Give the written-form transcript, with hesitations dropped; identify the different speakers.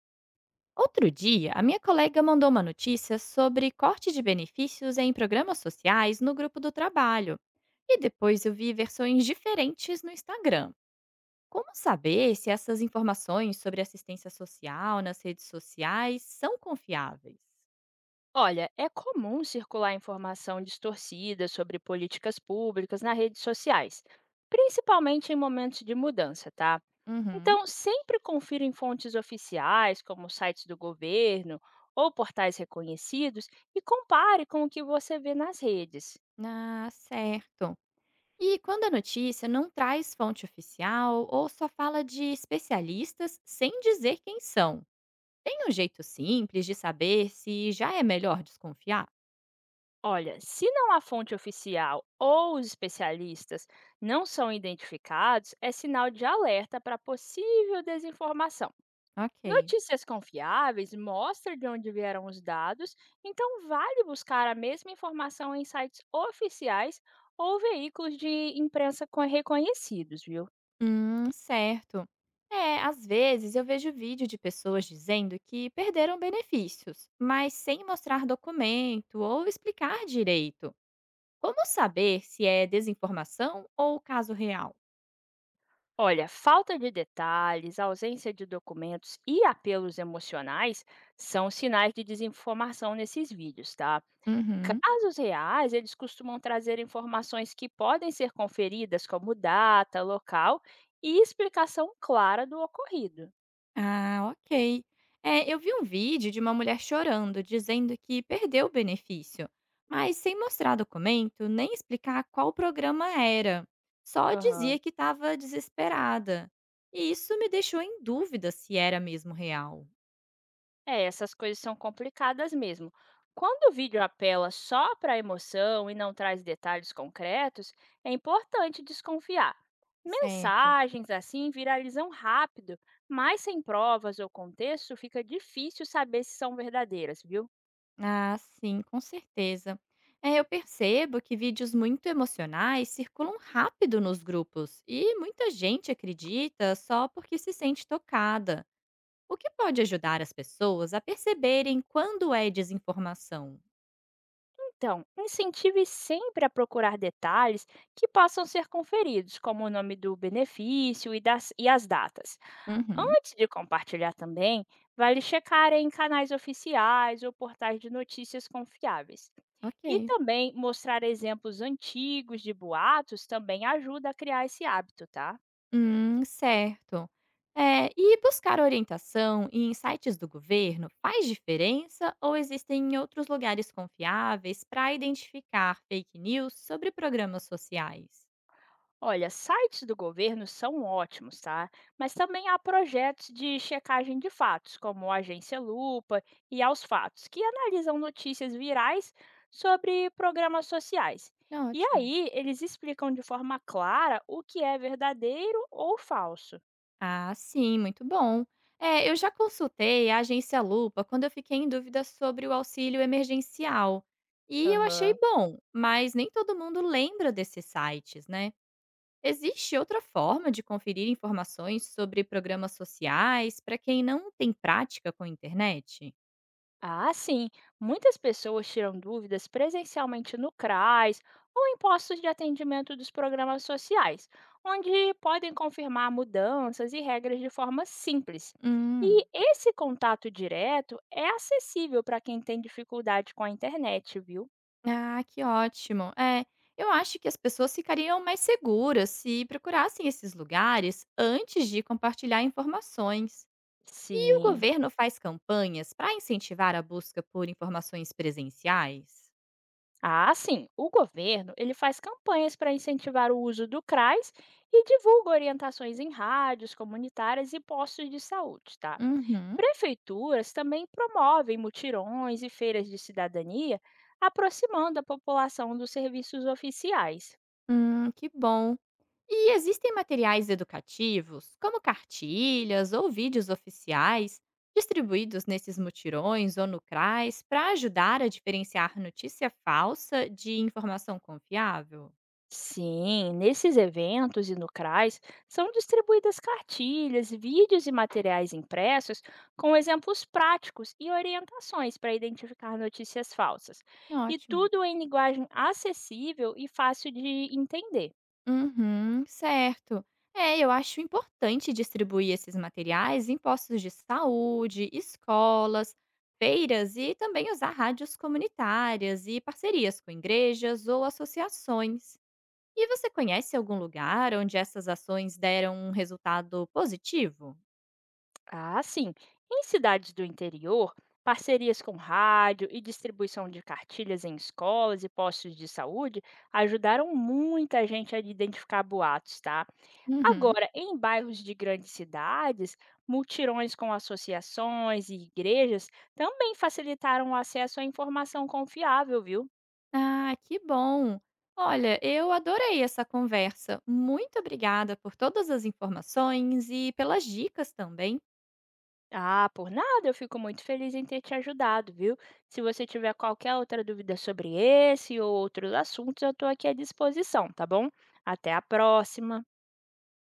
Speaker 1: Outro dia, a minha colega mandou uma notícia sobre corte de benefícios em programas sociais no grupo do trabalho. E depois eu vi versões diferentes no Instagram. Como saber se essas informações sobre assistência social nas redes sociais são confiáveis?
Speaker 2: Olha, é comum circular informação distorcida sobre políticas públicas nas redes sociais, principalmente em momentos de mudança, tá?
Speaker 1: Uhum.
Speaker 2: Então, sempre confira em fontes oficiais, como sites do governo ou portais reconhecidos, e compare com o que você vê nas redes.
Speaker 1: Ah, certo. E quando a notícia não traz fonte oficial ou só fala de especialistas sem dizer quem são? Tem um jeito simples de saber se já é melhor desconfiar?
Speaker 2: Olha, se não a fonte oficial ou os especialistas não são identificados, é sinal de alerta para possível desinformação.
Speaker 1: Ok.
Speaker 2: Notícias confiáveis mostram de onde vieram os dados, então vale buscar a mesma informação em sites oficiais ou veículos de imprensa reconhecidos, viu?
Speaker 1: Certo. É, às vezes eu vejo vídeo de pessoas dizendo que perderam benefícios, mas sem mostrar documento ou explicar direito. Como saber se é desinformação ou caso real?
Speaker 2: Olha, falta de detalhes, ausência de documentos e apelos emocionais são sinais de desinformação nesses vídeos, tá?
Speaker 1: Uhum.
Speaker 2: Casos reais, eles costumam trazer informações que podem ser conferidas, como data, local e explicação clara do ocorrido.
Speaker 1: Ah, ok. É, eu vi um vídeo de uma mulher chorando, dizendo que perdeu o benefício, mas sem mostrar documento nem explicar qual programa era. Só
Speaker 2: Aham.
Speaker 1: dizia que estava desesperada. E isso me deixou em dúvida se era mesmo real.
Speaker 2: É, essas coisas são complicadas mesmo. Quando o vídeo apela só para a emoção e não traz detalhes concretos, é importante desconfiar.
Speaker 1: Certo.
Speaker 2: Mensagens assim viralizam rápido, mas sem provas ou contexto fica difícil saber se são verdadeiras, viu?
Speaker 1: Ah, sim, com certeza. É, eu percebo que vídeos muito emocionais circulam rápido nos grupos e muita gente acredita só porque se sente tocada. O que pode ajudar as pessoas a perceberem quando é desinformação?
Speaker 2: Então, incentive sempre a procurar detalhes que possam ser conferidos, como o nome do benefício e e as datas.
Speaker 1: Uhum.
Speaker 2: Antes de compartilhar também, vale checar em canais oficiais ou portais de notícias confiáveis. E
Speaker 1: Ok.
Speaker 2: também mostrar exemplos antigos de boatos também ajuda a criar esse hábito, tá?
Speaker 1: Certo. É, e buscar orientação em sites do governo faz diferença ou existem outros lugares confiáveis para identificar fake news sobre programas sociais?
Speaker 2: Olha, sites do governo são ótimos, tá? Mas também há projetos de checagem de fatos, como a Agência Lupa e Aos Fatos, que analisam notícias virais sobre programas sociais. E
Speaker 1: Ótimo.
Speaker 2: aí, eles explicam de forma clara o que é verdadeiro ou falso.
Speaker 1: Ah, sim, muito bom. É, eu já consultei a agência Lupa quando eu fiquei em dúvida sobre o auxílio emergencial. E eu achei bom, mas nem todo mundo lembra desses sites, né? Existe outra forma de conferir informações sobre programas sociais para quem não tem prática com a internet?
Speaker 2: Ah, sim. Muitas pessoas tiram dúvidas presencialmente no CRAS ou em postos de atendimento dos programas sociais, onde podem confirmar mudanças e regras de forma simples.
Speaker 1: Hum,
Speaker 2: E esse contato direto é acessível para quem tem dificuldade com a internet, viu?
Speaker 1: ah, que ótimo. É, eu acho que as pessoas ficariam mais seguras se procurassem esses lugares antes de compartilhar informações. E o
Speaker 2: Sim.
Speaker 1: governo faz campanhas para incentivar a busca por informações presenciais?
Speaker 2: Ah, sim. O governo, ele faz campanhas para incentivar o uso do CRAS e divulga orientações em rádios comunitárias e postos de saúde, tá?
Speaker 1: Uhum.
Speaker 2: Prefeituras também promovem mutirões e feiras de cidadania, aproximando a população dos serviços oficiais.
Speaker 1: Que bom. E existem materiais educativos, como cartilhas ou vídeos oficiais, distribuídos nesses mutirões ou no CRAS para ajudar a diferenciar notícia falsa de informação confiável?
Speaker 2: Sim, nesses eventos e no CRAS são distribuídas cartilhas, vídeos e materiais impressos com exemplos práticos e orientações para identificar notícias falsas. E
Speaker 1: Ótimo.
Speaker 2: tudo em linguagem acessível e fácil de entender.
Speaker 1: Uhum, certo. É, eu acho importante distribuir esses materiais em postos de saúde, escolas, feiras e também usar rádios comunitárias e parcerias com igrejas ou associações. E você conhece algum lugar onde essas ações deram um resultado positivo?
Speaker 2: Ah, sim. Em cidades do interior, parcerias com rádio e distribuição de cartilhas em escolas e postos de saúde ajudaram muita gente a identificar boatos, tá?
Speaker 1: Uhum.
Speaker 2: Agora, em bairros de grandes cidades, multirões com associações e igrejas também facilitaram o acesso à informação confiável, viu?
Speaker 1: Ah, que bom! Olha, eu adorei essa conversa. Muito obrigada por todas as informações e pelas dicas também.
Speaker 2: Ah, por nada, eu fico muito feliz em ter te ajudado, viu? Se você tiver qualquer outra dúvida sobre esse ou outros assuntos, eu estou aqui à disposição, tá bom? Até a próxima!